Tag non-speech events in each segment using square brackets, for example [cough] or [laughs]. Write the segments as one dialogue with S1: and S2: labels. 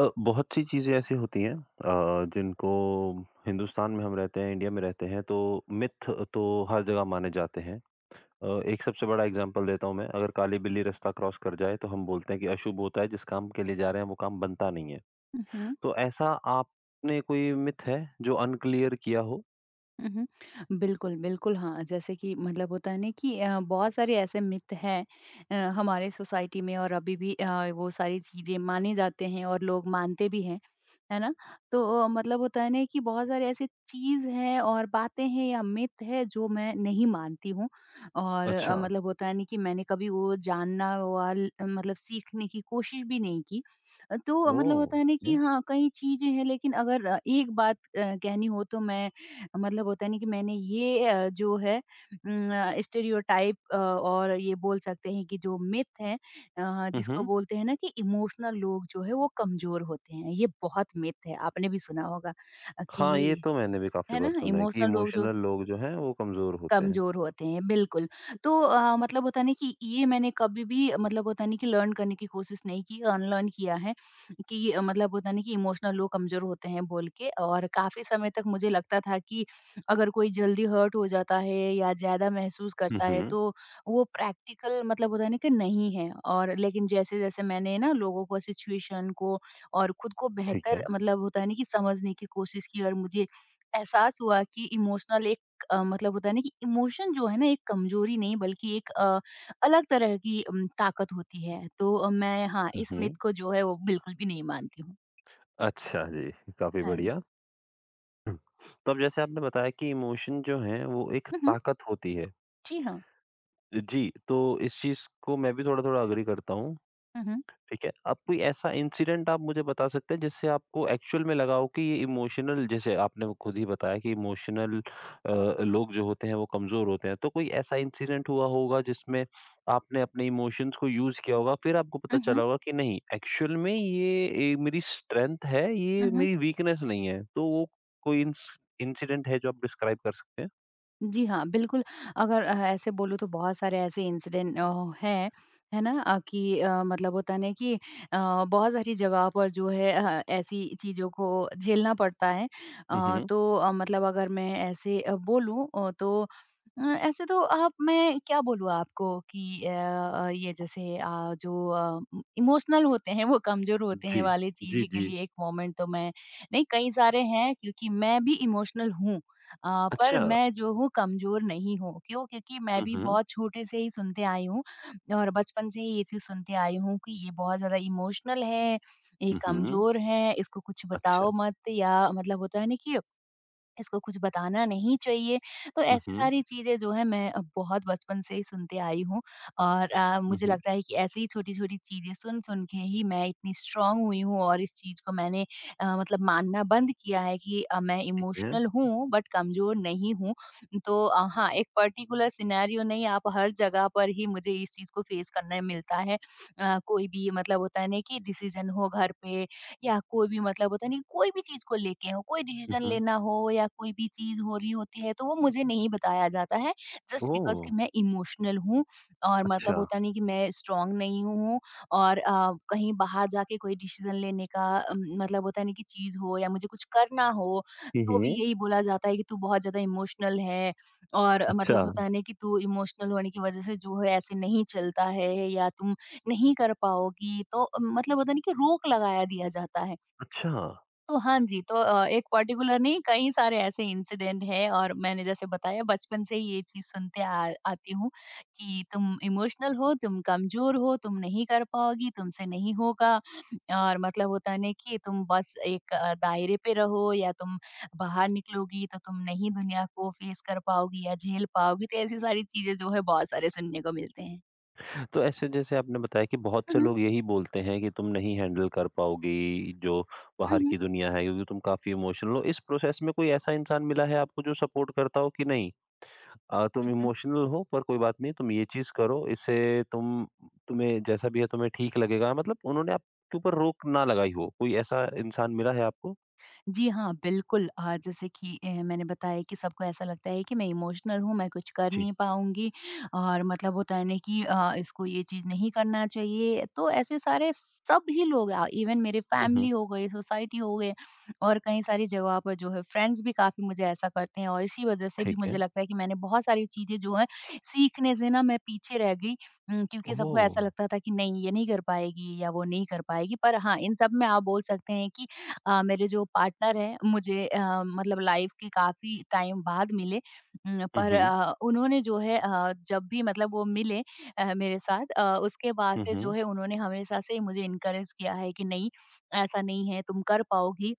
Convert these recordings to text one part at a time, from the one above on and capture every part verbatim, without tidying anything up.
S1: अ, बहुत सी चीज़ें ऐसी होती हैं अ, जिनको हिंदुस्तान में हम रहते हैं, इंडिया में रहते हैं, तो मिथ तो हर जगह माने जाते हैं। अ, एक सबसे बड़ा एग्जांपल देता हूँ मैं। अगर काली बिल्ली रास्ता क्रॉस कर जाए तो हम बोलते हैं कि अशुभ होता है, जिस काम के लिए जा रहे हैं वो काम बनता नहीं है।
S2: उहुँ,
S1: तो ऐसा आपने कोई मिथ है जो अनक्लियर किया हो?
S2: उहुँ। बिल्कुल, बिल्कुल हाँ, जैसे कि मतलब होता है ना कि अ, बहुत सारे ऐसे मिथ हैं अ, हमारे सोसाइटी में और अभी भी अ, वो सारी चीज़ें माने जाते हैं और लोग मानते भी हैं, है ना? तो अ, मतलब होता है ना कि बहुत सारे ऐसी चीज़ हैं और बातें हैं या मिथ है जो मैं नहीं मानती हूँ और अ,
S1: अच्छा।
S2: मतलब होता है ना कि मैंने कभी वो जानना वाल मतलब सीखने की कोशिश भी नहीं की। अ, तो
S1: ओ,
S2: मतलब होता है ना कि
S1: ये?
S2: हाँ, कई चीज़ें हैं लेकिन अगर अ, एक बात अ, कहनी हो तो मैं मतलब होता नहीं कि मैंने ये अ, जो है उम, स्टेरियोटाइप अ, और ये बोल सकते हैं कि जो मिथ है अ, जिसको
S1: हम्म।
S2: बोलते हैं ना कि इमोशनल लोग जो है वो कमज़ोर होते हैं, ये बहुत मिथ है, आपने भी सुना होगा अ,
S1: हाँ, ये
S2: कि
S1: तो मैंने भी काफी
S2: है
S1: बार
S2: ना?
S1: सुना है कि
S2: इमोशनल लोग जो
S1: इमोशनल लोग जो हैं वो कमजोर होते हैं।
S2: कमज़ोर होते हैं, बिल्कुल। तो अ, मतलब होता है ना कि ये मैंने कभी भी मतलब होता है ना कि लर्न करने की कोशिश नहीं की, अनलर्न किया है कि अ, मतलब होता है ना कि इमोशनल लोग कमज़ोर होते हैं बोल के और काफ़ी समय तक मुझे लगता था कि अगर कोई जल्दी हर्ट हो जाता है या ज़्यादा महसूस करता है,
S1: हम्म।
S2: तो वो प्रैक्टिकल मतलब होता है ना कि नहीं है और लेकिन जैसे-जैसे मैंने ना लोगों को, सिचुएशन को और खुद को
S1: ठीक
S2: बेहतर
S1: है।
S2: मतलब होता है ना कि समझने की कोशिश की और मुझे एहसास हुआ कि इमोशनल एक अ, मतलब होता है ना कि इमोशन जो है ना एक कमजोरी नहीं बल्कि एक अ, अलग तरह की अम, ताकत होती है। तो अ, मैं हाँ, इस
S1: हम्म।
S2: मिथ को जो है वो बिल्कुल भी नहीं मानती हूँ।
S1: अच्छा जी, काफी
S2: हाँ
S1: बढ़िया।
S2: जी।
S1: हुँ। तो अब जैसे आपने बताया कि इमोशन जो हैं वो एक
S2: हुँ, हुँ।
S1: ताकत होती है।
S2: जी हाँ।
S1: जी, तो इस चीज़ को मैं भी थोड़ा-थोड़ा एग्री करता हूँ।
S2: हुँ, हुँ।
S1: ठीक है। अब कोई ऐसा इंसिडेंट आप मुझे बता सकते हैं जिससे आपको एक्चुअल में लगा हो कि ये इमोशनल, जैसे आपने वो खुद ही बताया कि इमोशनल अ, लोग जो होते हैं वो कमज़ोर होते हैं। तो कोई ऐसा इंसिडेंट हुआ होगा जिसमें आपने अपने इमोशंस को यूज़ किया होगा, फिर आपको पता
S2: हुँ,
S1: चला
S2: हुँ।
S1: होगा कि नहीं, एक्चुअल में ये ए, मेरी स्ट्रेंथ है,
S2: हुँ,
S1: ये
S2: हुँ।
S1: मेरी वीकनेस नहीं है। तो वो कोई इंस इंसिडेंट है जो आप डिस्क्राइब कर सकते हैं?
S2: जी हाँ, बिल्कुल, अगर अ, ऐसे बोलूँ तो बहुत सारे ऐसे इंसिडेंट अ, हैं, है ना? अ, कि अ, मतलब होता है ना कि अ, बहुत सारी जगह पर जो है अ, ऐसी चीज़ों को झेलना पड़ता है।
S1: हुँ,
S2: अ,
S1: हुँ।
S2: तो अ, मतलब अगर मैं ऐसे अ, बोलूँ अ, तो अ, ऐसे तो आप मैं क्या बोलूँ आपको कि अ अ, ये जैसे अ, जो अ, इमोशनल होते हैं, वो कमज़ोर होते
S1: जी।
S2: हैं वाली
S1: जी,
S2: चीज़ें के
S1: जी।
S2: लिए एक मोमेंट तो मैं नहीं, कई सारे हैं क्योंकि मैं भी इमोशनल हूँ। अ, पर
S1: अच्छा।
S2: मैं जो हूँ कमज़ोर नहीं हूँ। क्यों? क्योंकि मैं
S1: हुँ,
S2: भी
S1: हुँ।
S2: बहुत छोटे से ही सुनते आई हूँ और बचपन से ही ये चीज़ सुनते आई हूँ कि ये बहुत ज़्यादा इमोशनल है, ये
S1: हुँ, हुँ।
S2: कमज़ोर है, इसको कुछ
S1: अच्छा।
S2: बताओ मत या मतलब होता है ना कि इसको कुछ बताना नहीं चाहिए। तो
S1: हुँ,
S2: ऐसी
S1: हुँ।
S2: सारी चीज़ें जो है मैं अ, बहुत बचपन से ही सुनते आई हूँ और अ,
S1: हुँ,
S2: मुझे
S1: हुँ।
S2: लगता है कि ऐसी ही छोटी-छोटी चीज़ें सुन-सुन के ही मैं इतनी स्ट्रॉन्ग हुई हूँ और इस चीज़ को मैंने अ, मतलब मानना बंद किया है कि अ, मैं
S1: ठीक है।
S2: इमोशनल हूँ बट कमज़ोर नहीं हूँ। तो अ, हाँ, एक पर्टिकुलर सिनेरियो नहीं आप हर जगह पर ही मुझे इस चीज़ को फेस करने मिलता है। अ, कोई भी मतलब होता है ना कि डिसीज़न हो घर पे या कोई भी मतलब होता नहीं कोई भी चीज़ को लेके हो, कोई
S1: हुँ,
S2: डिसीज़न
S1: हुँ।
S2: लेना हो या कोई भी चीज़ हो रही होती है तो वो मुझे नहीं बताया जाता है जस्ट बिकॉज़ कि
S1: ओह!
S2: मैं इमोशनल हूँ और
S1: अच्छा।
S2: मतलब होता नहीं कि मैं स्ट्रॉन्ग नहीं हूँ और अ, कहीं बाहर जाके कोई डिसीज़न लेने का अम, मतलब होता नहीं कि चीज़ हो या मुझे कुछ करना हो,
S1: हुँ,
S2: तो भी
S1: हुँ।
S2: यही बोला जाता है कि तू बहुत ज़्यादा इमोशनल है और अ,
S1: अच्छा,
S2: मतलब होता है ना कि तू इमोशनल होने की वज़ह से जो है ऐसे नहीं चलता है या तुम नहीं कर पाओगी तो अ, मतलब होता नहीं कि रोक लगाया दिया जाता है।
S1: अच्छा।
S2: तो हाँ जी, तो अ, एक पर्टिकुलर नहीं कई सारे ऐसे इंसिडेंट हैं और मैंने जैसे बताया बचपन से ही ये चीज़ सुनते आ आती हूँ कि तुम इमोशनल हो, तुम कमज़ोर हो, तुम नहीं कर पाओगी, तुमसे नहीं होगा और मतलब होता है ना कि तुम बस एक अ, दायरे पे रहो या तुम बाहर निकलोगी तो तुम नहीं दुनिया को फेस कर पाओगी या झेल पाओगी। तो ऐसी सारी चीज़ें जो है बहुत सारे सुनने को मिलते हैं।
S1: तो ऐसे जैसे आपने बताया कि बहुत
S2: हुँ,
S1: से
S2: हुँ।
S1: लोग यही बोलते हैं कि तुम नहीं हैंडल कर पाओगी जो
S2: हुँ,
S1: बाहर
S2: हुँ।
S1: की दुनिया है, क्योंकि तुम काफ़ी इमोशनल हो। इस प्रोसेस में कोई ऐसा इंसान मिला है आपको जो सपोर्ट करता हो, कि नहीं अ, तुम इमोशनल हो पर कोई बात नहीं, तुम ये चीज़ करो, इससे तुम तुम्हें जैसा भी है तुम्हें ठीक लगेगा, मतलब उन्होंने आपके ऊपर रोक ना लगाई हो? कोई ऐसा इंसान मिला है आपको?
S2: जी हाँ, बिल्कुल अ, जैसे कि अ, मैंने बताया कि सबको ऐसा लगता है कि मैं इमोशनल हूँ, मैं कुछ कर
S1: जी।
S2: नहीं पाऊँगी और मतलब होता है ना कि अ, इसको ये चीज़ नहीं करना चाहिए। तो ऐसे सारे सभी लोग अ, इवन मेरे
S1: हुँ, हुँ।
S2: फैमिली हो गए, सोसाइटी हो गए और कई सारी जगहों पर जो है फ्रेंड्स भी काफ़ी मुझे ऐसा करते हैं और इसी वज़ह से भी
S1: ठीक है।
S2: मुझे लगता है कि मैंने बहुत सारी चीज़ें जो हैं सीखने से ना मैं पीछे रह गई उम, क्योंकि सबको
S1: ओह!
S2: ऐसा लगता था कि नहीं ये नहीं कर पाएगी या वो नहीं कर पाएगी। पर हाँ, इन सब में आप बोल सकते हैं कि अ, मेरे जो पार्टनर हैं मुझे अ, मतलब लाइफ के काफ़ी टाइम बाद मिले उम,
S1: हुँ,
S2: पर
S1: हुँ।
S2: अ, उन्होंने जो है अ, जब भी मतलब वो मिले अ, मेरे साथ अ, उसके बाद
S1: हुँ,
S2: से जो
S1: हुँ।
S2: है उन्होंने हमेशा से मुझे इनकरेज किया है कि नहीं ऐसा नहीं है तुम कर पाओगी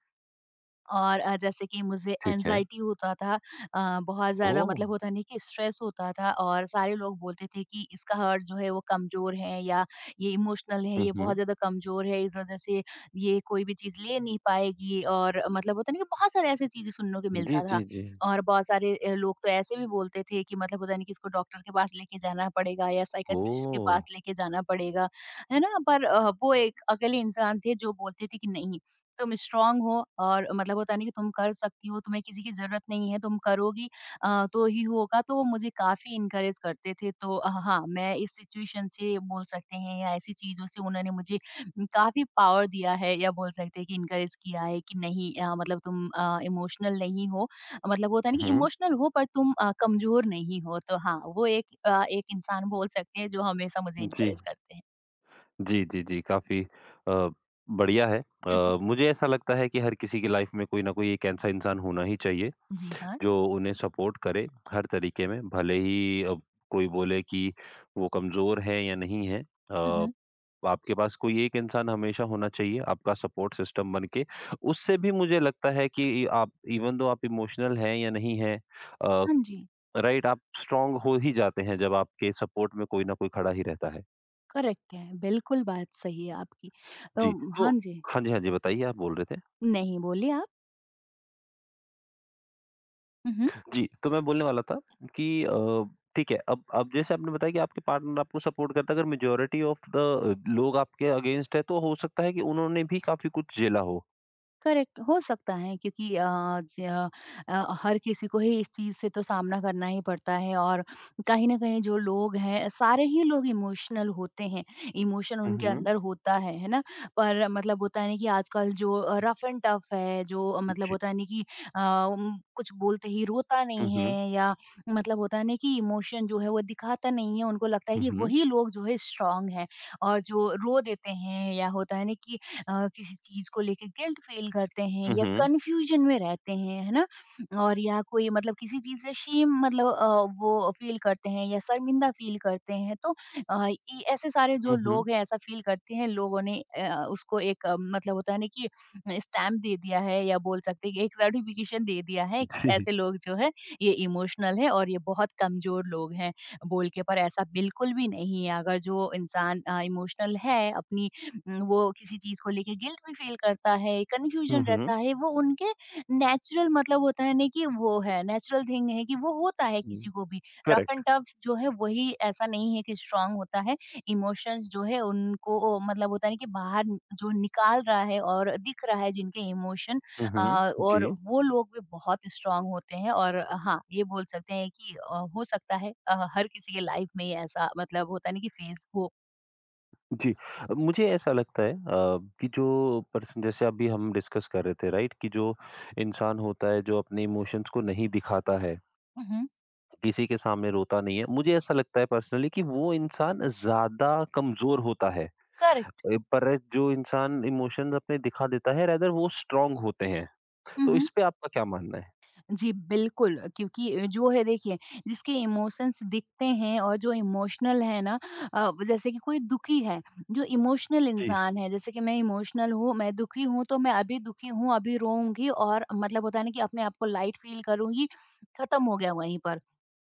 S2: और अ, जैसे कि मुझे
S1: ठीक है।
S2: एंग्ज़ायटी होता था अ, बहुत ज़्यादा
S1: ओह!
S2: मतलब होता नहीं कि स्ट्रेस होता था और सारे लोग बोलते थे कि इसका हार्ट जो है वो कमज़ोर है या ये इमोशनल है,
S1: हुँ,
S2: ये बहुत
S1: हुँ।
S2: ज़्यादा कमज़ोर है, इस वज़ह से ये कोई भी चीज़ ले नहीं पाएगी और मतलब होता नहीं कि बहुत सारे ऐसी चीज़ें सुनने को
S1: जी,
S2: मिलता था।
S1: जी, जी।
S2: और बहुत सारे अ, लोग तो ऐसे भी बोलते थे कि मतलब होता नहीं कि इसको डॉक्टर के पास लेके जाना पड़ेगा या साइकियाट्रिस्ट के
S1: ओह!
S2: पास लेके जाना पड़ेगा, है ना? पर अ, वो एक अकेले इंसान थे जो बोलते थे कि नहीं तुम स्ट्रॉन्ग हो और मतलब होता नहीं कि तुम कर सकती हो, तुम्हें किसी की ज़रूरत नहीं है, तुम करोगी अ, तो ही होगा, तो वो मुझे काफ़ी एनकरेज करते थे। तो अ, हाँ, मैं इस सिचुएशन से बोल सकते हैं या ऐसी चीज़ों से उन्होंने मुझे काफ़ी पावर दिया है या बोल सकते हैं कि एनकरेज किया है कि नहीं अ, मतलब तुम अ, इमोशनल नहीं हो। मतलब होता है ना कि
S1: हुँ,
S2: इमोशनल हो पर तुम अ, कमज़ोर नहीं हो। तो हाँ, वो एक अ, एक इंसान बोल सकते हैं जो हमेशा मुझे
S1: जी।
S2: एनकरेज करते हैं।
S1: जी, जी, जी, काफ़ी अ, बढ़िया है।
S2: [laughs] हुँ,
S1: अ, मुझे ऐसा लगता है कि हर किसी की लाइफ़ में कोई ना कोई एक ऐसा इंसान होना ही चाहिए,
S2: हुँ। जी हाँ।
S1: जो उन्हें सपोर्ट करे हर तरीके में, भले ही अब कोई बोले कि वो कमज़ोर है या नहीं है।
S2: हुँ,
S1: अ,
S2: हुँ।
S1: आपके पास कोई एक इंसान हमेशा होना चाहिए, आपका सपोर्ट सिस्टम बन के। उससे भी मुझे लगता है कि आप इवन दो आप इमोशनल हैं या नहीं हैं, अ,
S2: हाँ जी।
S1: राइट, आप स्ट्रांग हो ही जाते हैं जब आपके सपोर्ट में कोई ना कोई खड़ा ही रहता है।
S2: करेक्ट है, बिल्कुल बात सही है आपकी। तो
S1: जी, तो
S2: हाँ जी।
S1: हाँ जी, हाँ जी, बताइए आप बोल रहे थे।
S2: नहीं, बोलिए आप। उहुँ।
S1: जी, तो मैं बोलने वाला था कि अ, ठीक है। अब अब जैसे आपने बताया कि आपके पार्टनर आपको सपोर्ट करता है, अगर मेजॉरिटी ऑफ द लोग आपके अगेंस्ट है तो हो सकता है कि उन्होंने भी काफ़ी कुछ झेला हो।
S2: करेक्ट हो सकता है क्योंकि अ, ज- अ, अ, हर किसी को ही इस चीज़ से तो सामना करना ही पड़ता है और कहीं ना कहीं जो लोग हैं सारे ही लोग इमोशनल होते हैं इमोशन
S1: हुँ,
S2: उनके
S1: हुँ।
S2: अंदर होता है है ना पर मतलब होता है ना कि आजकल जो रफ एंड टफ है जो मतलब
S1: जी।
S2: होता है ना कि अ, उम, कुछ बोलते ही रोता
S1: हुँ,
S2: नहीं
S1: हुँ।
S2: है या मतलब होता है ना कि इमोशन जो है वो दिखाता नहीं है उनको लगता है
S1: हुँ,
S2: कि
S1: हुँ।
S2: वही लोग जो है स्ट्रांग है और जो रो देते हैं या होता है ना कि अ, किसी चीज़ को लेके गिल्ट फील करते हैं
S1: हुँ,
S2: या
S1: हुँ।
S2: कंफ्यूजन में रहते हैं, है ना? और या कोई मतलब किसी चीज़ से शेम मतलब अ, वो फील करते हैं या शर्मिंदा फील करते हैं तो अ, ये ऐसे सारे जो
S1: हुँ, हुँ।
S2: लोग हैं ऐसा फील करते हैं लोगों ने अ, उसको एक अ, मतलब होता है ना कि स्टैम्प दे दिया है या बोल सकते हैं कि एक सर्टिफिकेशन दे दिया है कि
S1: जी।
S2: ऐसे लोग जो है ये इमोशनल है और ये बहुत कमज़ोर लोग हैं बोल के। पर ऐसा बिल्कुल भी नहीं है, अगर जो इंसान अ, इमोशनल है अपनी उम, वो किसी चीज़ को लेके गिल्ट भी फ़ील करता है,
S1: हुँ,
S2: कन्फ्यूज़न
S1: हुँ।
S2: रहता है, वो उनके नेचुरल मतलब होता है ना कि वो है, नेचुरल थिंग है कि वो होता है
S1: हुँ।
S2: किसी को भी। Rough
S1: correct.
S2: एंड टफ जो है वही ऐसा नहीं है कि स्ट्रॉन्ग होता है, इमोशंस जो है उनको ओ मतलब होता है ना कि बाहर नि- जो निकाल रहा है और दिख रहा है जिनके इमोशन
S1: हुँ,
S2: अ,
S1: हुँ।
S2: और
S1: जी।
S2: वो लोग भी बहुत स्ट्रॉन्ग होते हैं और हाँ, ये बोल सकते हैं कि अ, हो सकता है अ, हर किसी के लाइफ़ में ये ऐसा मतलब होता है ना कि फेस हो
S1: जी। अ, मुझे ऐसा लगता है अ, कि जो पर्सन, जैसे अभी हम डिस्कस कर रहे थे, राइट, कि जो इंसान होता है जो अपने इमोशंस को नहीं दिखाता है,
S2: हुँ, हुँ।
S1: किसी के सामने रोता नहीं है, मुझे ऐसा लगता है पर्सनली कि वो इंसान ज़्यादा कमज़ोर होता है।
S2: करेक्ट।
S1: अ, पर जो इंसान इमोशंस अपने दिखा देता है रादर वो स्ट्रॉन्ग होते हैं।
S2: हुँ,
S1: तो
S2: हुँ।
S1: इस पे आपका क्या मानना है?
S2: जी, बिल्कुल क्योंकि जो है देखिए जिसके इमोशंस दिखते हैं और जो इमोशनल है ना अ, जैसे कि कोई दुखी है, जो इमोशनल
S1: जी,
S2: इंसान है जैसे कि मैं इमोशनल हूँ, मैं दुखी हूँ तो मैं अभी दुखी हूँ, अभी रोऊँगी और मतलब होता है ना कि अपने आप को लाइट फ़ील करूँगी, खत्म हो गया वहीं पर।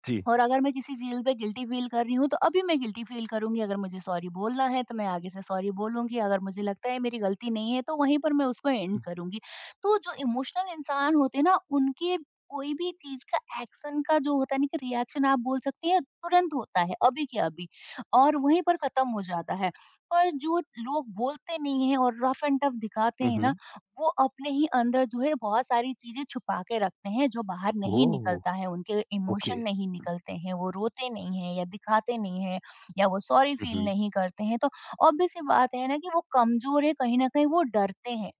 S1: जी।
S2: और अगर मैं किसी चीज़ पे गिल्टी फ़ील कर रही हूँ, तो अभी मैं गिल्टी फ़ील करूँगी, अगर मुझे सॉरी बोलना है, तो मैं आगे से सॉरी बोलूँगी। अगर मुझे लगता है मेरी गलती नहीं है, तो वहीं पर मैं उसको एंड करूँगी। तो जो इमोशनल इंसान होते हैं ना, उनके कोई भी चीज़ का एक्शन का जो होता है ना कि रिएक्शन आप बोल सकती हैं, तुरंत होता है, अभी के अभी और वहीं पर ख़त्म हो जाता है। पर जो लोग बोलते नहीं हैं और रफ एंड टफ दिखाते
S1: हुँ,
S2: हैं
S1: हुँ,
S2: ना,
S1: हुँ।
S2: वो अपने ही अंदर जो है बहुत सारी चीज़ें छुपा के रखते हैं, जो बाहर नहीं
S1: ओह!
S2: निकलता है, उनके
S1: ओके।
S2: इमोशन नहीं निकलते हैं, वो रोते नहीं हैं या दिखाते नहीं हैं या वो सॉरी
S1: हुँ,
S2: फ़ील
S1: हुँ।
S2: नहीं करते हैं। तो ऑब्वियस सी बात है ना कि वो कमज़ोर है, कहीं न कहीं वो डरते हैं,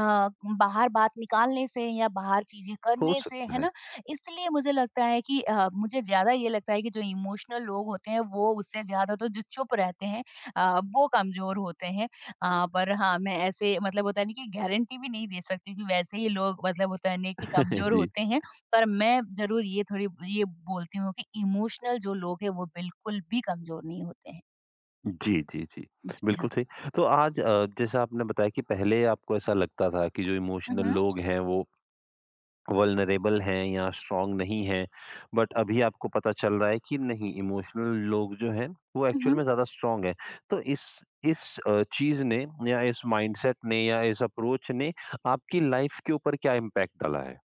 S2: अ, बाहर बात निकालने से या बाहर चीज़ें
S1: हो
S2: करने से, है
S1: सकता है।
S2: ना? इसलिए मुझे लगता है कि अ, मुझे ज़्यादा ये लगता है कि जो इमोशनल लोग होते हैं वो, उससे ज़्यादा तो जो चुप रहते हैं अ, वो कमज़ोर होते हैं। अ, पर हाँ, मैं ऐसे मतलब होता है ना कि गारंटी भी नहीं दे सकती कि वैसे ही लोग मतलब होता है ना कि
S1: [laughs]
S2: कमज़ोर
S1: जी।
S2: होते हैं। पर मैं ज़रूर ये थोड़ी ये बोलती हूँ कि इमोशनल जो लोग हैं वो बिल्कुल भी कमज़ोर नहीं होते हैं।
S1: जी, जी, जी।
S2: जी
S1: बिल्कुल
S2: हाँ।
S1: सही। तो आज अ, जैसा आपने बताया कि पहले आपको ऐसा लगता था कि जो
S2: हुँ,
S1: इमोशनल
S2: हुँ।
S1: लोग हैं वो वल्नरेबल हैं या स्ट्रॉन्ग नहीं हैं, बट अभी आपको पता चल रहा है कि नहीं, इमोशनल लोग जो हैं वो
S2: हुँ,
S1: एक्चुअल में
S2: हुँ।
S1: ज़्यादा स्ट्रॉन्ग हैं। तो इस इस अ, चीज़ ने या इस माइंडसेट ने या इस अप्रोच ने आपकी लाइफ़ के ऊपर क्या इम्पैक्ट डाला है?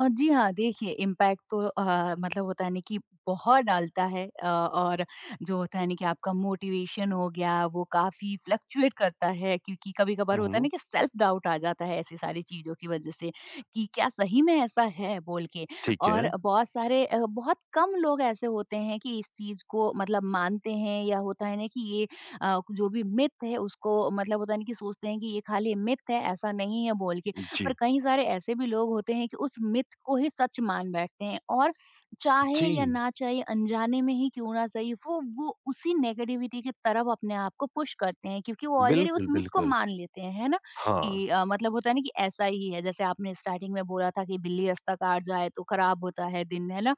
S2: अ, जी हाँ, देखिए इम्पैक्ट तो अ, मतलब होता है ना कि बहुत डालता है, अ, और जो होता है ना कि आपका मोटिवेशन हो गया, वो काफ़ी फ्लक्चुएट करता है, क्योंकि कभी-कभार
S1: हुँ,
S2: होता है
S1: हुँ।
S2: ना कि सेल्फ डाउट आ जाता है ऐसी सारी चीज़ों की वज़ह से कि क्या सही में ऐसा है बोल के।
S1: ठीक है।
S2: और बहुत सारे अ, बहुत कम लोग ऐसे होते हैं कि इस चीज़ को मतलब मानते हैं, या होता है ना कि ये अ, जो भी मिथ है उसको मतलब होता है ना कि सोचते हैं कि ये खाली मिथ है, ऐसा नहीं है बोल के।
S1: जी।
S2: पर कई सारे ऐसे भी लोग होते हैं कि उस मिथ को ही सच मान बैठते हैं और
S1: जी।
S2: चाहे या ना चाहे, अनजाने में ही क्यों ना सही, वो वो उसी नेगेटिविटी की तरफ अपने आप को पुश करते हैं, क्योंकि वो ऑलरेडी उस
S1: बिल्कुल,
S2: मिथ को
S1: बिल्कुल।
S2: मान लेते हैं, है ना
S1: हाँ।
S2: कि अ, मतलब होता है ना कि ऐसा ही है। जैसे आपने स्टार्टिंग में बोला था कि बिल्ली रास्ता काट जाए तो खराब होता है दिन, है ना?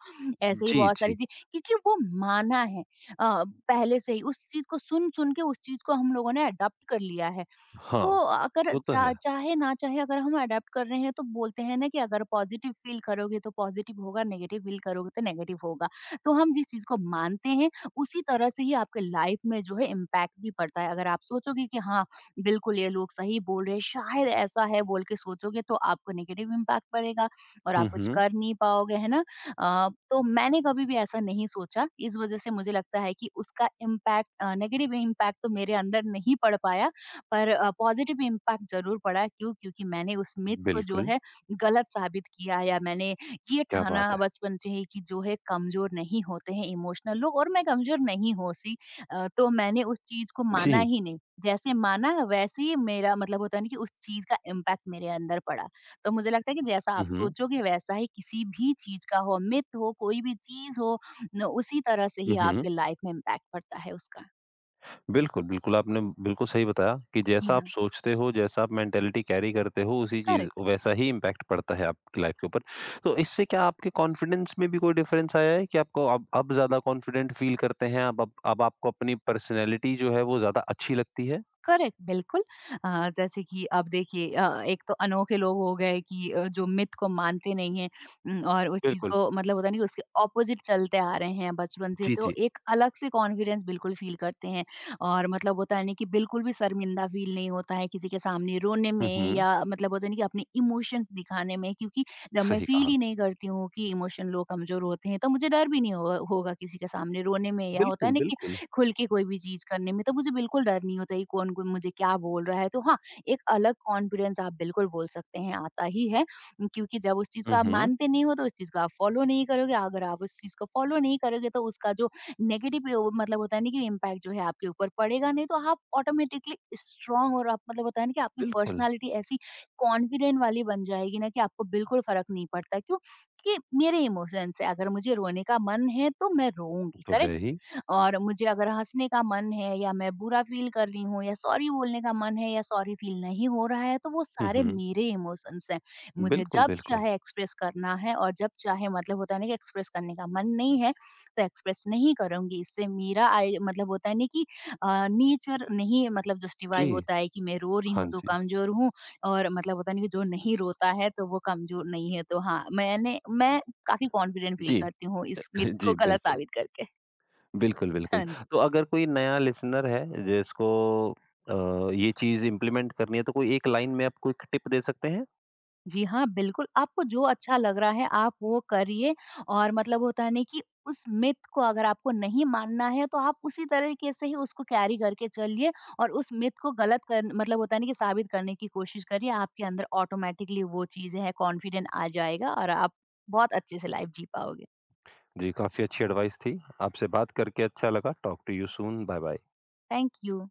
S2: ऐसे ही
S1: जी,
S2: बहुत सारी
S1: जी।
S2: चीज, क्योंकि वो माना है अ, पहले से ही, उस चीज को सुन सुन के उस चीज को हम लोगों ने अडॉप्ट कर लिया है।
S1: हाँ,
S2: तो अगर
S1: वो तो
S2: चा
S1: है।
S2: चाहे ना चाहे, अगर हम अडॉप्ट कर रहे हैं, तो बोलते हैं ना कि अगर पॉजिटिव फील करोगे तो पॉजिटिव होगा, नेगेटिव फील करोगे तो नेगेटिव होगा। तो हम जिस चीज़ को मानते हैं, उसी तरह से ही आपके लाइफ में जो है इम्पैक्ट भी पड़ता है। अगर आप सोचोगे कि हाँ, बिल्कुल ये लोग सही बोल रहे हैं, शायद ऐसा है बोल के सोचोगे, तो आपको नेगेटिव इम्पैक्ट पड़ेगा और
S1: हुँ,
S2: आप कुछ
S1: हुँ।
S2: कर नहीं पाओगे, है ना? अ, तो मैंने कभी भी ऐसा नहीं सोचा, इस वज़ह से मुझे लगता है कि उसका इम्पैक्ट, अ, नेगेटिव इम्पैक्ट तो मेरे अंदर नहीं पड़ पाया। पर अ, पॉज़िटिव इम्पैक्ट ज़रूर पड़ा। क्यों? क्योंकि मैंने उस मिथ को जो
S1: बिल्कुल,
S2: है गलत साबित किया, या मैंने ये
S1: क्या बात
S2: ठाना
S1: है!
S2: बचपन से ही कि जो है कमज़ोर नहीं होते हैं इमोशनल लोग, और मैं कमज़ोर नहीं हूँ सी। अ, तो मैंने उस चीज़ को माना
S1: जी।
S2: ही नहीं। जैसे माना वैसे ही मेरा मतलब होता है ना कि उस चीज़ का इम्पैक्ट मेरे अंदर पड़ा। तो मुझे लगता है कि जैसा
S1: हुँ,
S2: आप
S1: हुँ,
S2: सोचोगे वैसा ही किसी भी चीज़ का हो, मिथ हो, कोई भी चीज़ हो न उसी तरह से
S1: हुँ,
S2: ही
S1: हुँ।
S2: आपके लाइफ़ में इम्पैक्ट पड़ता है उसका।
S1: बिल्कुल, बिल्कुल, आपने बिल्कुल सही बताया कि
S2: जी
S1: जैसा आप
S2: हाँ,
S1: सोचते हो, जैसा आप मेंटालिटी कैरी करते हो, उसी चीज़
S2: करेक्ट।
S1: वैसा ही इम्पैक्ट पड़ता है आपकी लाइफ़ के ऊपर। तो इससे क्या आपके कॉन्फिडेंस में भी कोई डिफरेंस आया है कि आपको अब अब ज़्यादा कॉन्फिडेंट फ़ील करते हैं, अब अब अब आपको अपनी पर्सनैलिटी जो है वो ज़्यादा अच्छी लगती है?
S2: करेक्ट, बिल्कुल। अ, जैसे कि अब देखिए, अ, एक तो अनोखे लोग हो गए कि अ, जो मिथ को मानते नहीं हैं, उम, और उस चीज़
S1: बिल्कुल।
S2: को मतलब होता है ना कि उसके अपोज़िट चलते आ रहे हैं बचपन से,
S1: जी,
S2: तो
S1: जी।
S2: एक अलग से कॉन्फिडेंस बिल्कुल फ़ील करते हैं। और मतलब होता है ना कि बिल्कुल भी शर्मिंदा फ़ील नहीं होता है किसी के सामने रोने
S1: हुँ,
S2: में,
S1: हुँ,
S2: या मतलब होता है ना कि अपने इमोशंस दिखाने में, क्योंकि जब मैं
S1: सही
S2: फ़ील
S1: कहा।
S2: ही नहीं करती हूँ कि इमोशन लोग कमज़ोर होते हैं, तो मुझे डर भी नहीं होगा होगा किसी के सामने रोने में या होता
S1: बिल्कुल,
S2: है ना कि
S1: बिल्कुल।
S2: खुल के कोई भी चीज़ करने में। तो मुझे बिल्कुल डर नहीं होता है कि कौन कोई मुझे क्या बोल रहा है। तो हाँ, एक अलग कॉन्फिडेंस, आप बिल्कुल बोल सकते हैं, आता ही है, क्योंकि जब उस चीज़
S1: हुँ,
S2: को आप
S1: हुँ,
S2: मानते नहीं हो, तो उस चीज़ को आप फॉलो नहीं करोगे। अगर आप उस चीज़ को फॉलो नहीं करोगे, तो उसका जो नेगेटिव वो मतलब होता है ना कि इम्पैक्ट जो है आपके ऊपर पड़ेगा नहीं, तो आप ऑटोमेटिकली स्ट्रांग, और आप मतलब होता है ना कि आपकी
S1: बिल्कुल,
S2: पर्सनैलिटी ऐसी कॉन्फिडेंट वाली बन जाएगी, ना कि आपको बिल्कुल फ़र्क नहीं पड़ता। क्यों? कि मेरे इमोशंस है, अगर मुझे रोने का मन है, तो मैं रोऊँगी,
S1: तो है
S2: करेक्ट?
S1: ही।
S2: और मुझे अगर हँसने का मन है, या मैं बुरा फ़ील कर रही हूँ, या सॉरी बोलने का मन है, या सॉरी फ़ील नहीं हो रहा है, तो वो
S1: हुँ,
S2: सारे
S1: हुँ,
S2: मेरे इमोशंस हैं। मुझे
S1: बिल्कुल,
S2: जब
S1: बिल्कुल।
S2: चाहे एक्सप्रेस करना है, और जब चाहे मतलब होता है ना कि एक्सप्रेस करने का मन नहीं है, तो एक्सप्रेस नहीं करूँगी। इससे मेरा आई मतलब होता है ना कि अ, नेचर नहीं मतलब जस्टिफ़ाई
S1: जी,
S2: होता है कि मैं रो रही
S1: हाँ
S2: हूँ, तो
S1: जी।
S2: कमज़ोर हूँ, और मतलब होता नहीं कि जो नहीं रोता है, तो वो कमज़ोर नहीं है। तो हाँ, मैंने मैं काफ़ी कॉन्फिडेंट फ़ील
S1: जी।
S2: करती हूँ इस मिथ
S1: जी,
S2: को गलत
S1: बिल्कुल।
S2: साबित करके।
S1: बिल्कुल,
S2: [laughs]
S1: बिल्कुल।
S2: हाँ।
S1: तो अगर कोई नया लिसनर है जिसको अ, ये चीज़ इम्प्लीमेंट करनी है, तो कोई एक लाइन में आप क्विक टिप दे सकते हैं?
S2: जी हाँ, बिल्कुल, आपको जो अच्छा लग रहा है आप वो करिए, और मतलब होता है ना कि उस मिथ को अगर आपको नहीं मानना है, तो आप उसी तरीके से ही उसको कैरी करके चलिए, और उस मिथ को गलत कर मतलब होता है ना कि साबित करने की कोशिश करिए। आपके अंदर ऑटोमैटिकली वो चीज़ें है, कॉन्फिडेंट आ जाएगा, और आप बहुत अच्छे से लाइफ जी पाओगे।
S1: जी, काफ़ी अच्छी एडवाइस थी। आपसे बात करके अच्छा लगा। Talk to you soon. Bye bye.
S2: Thank you.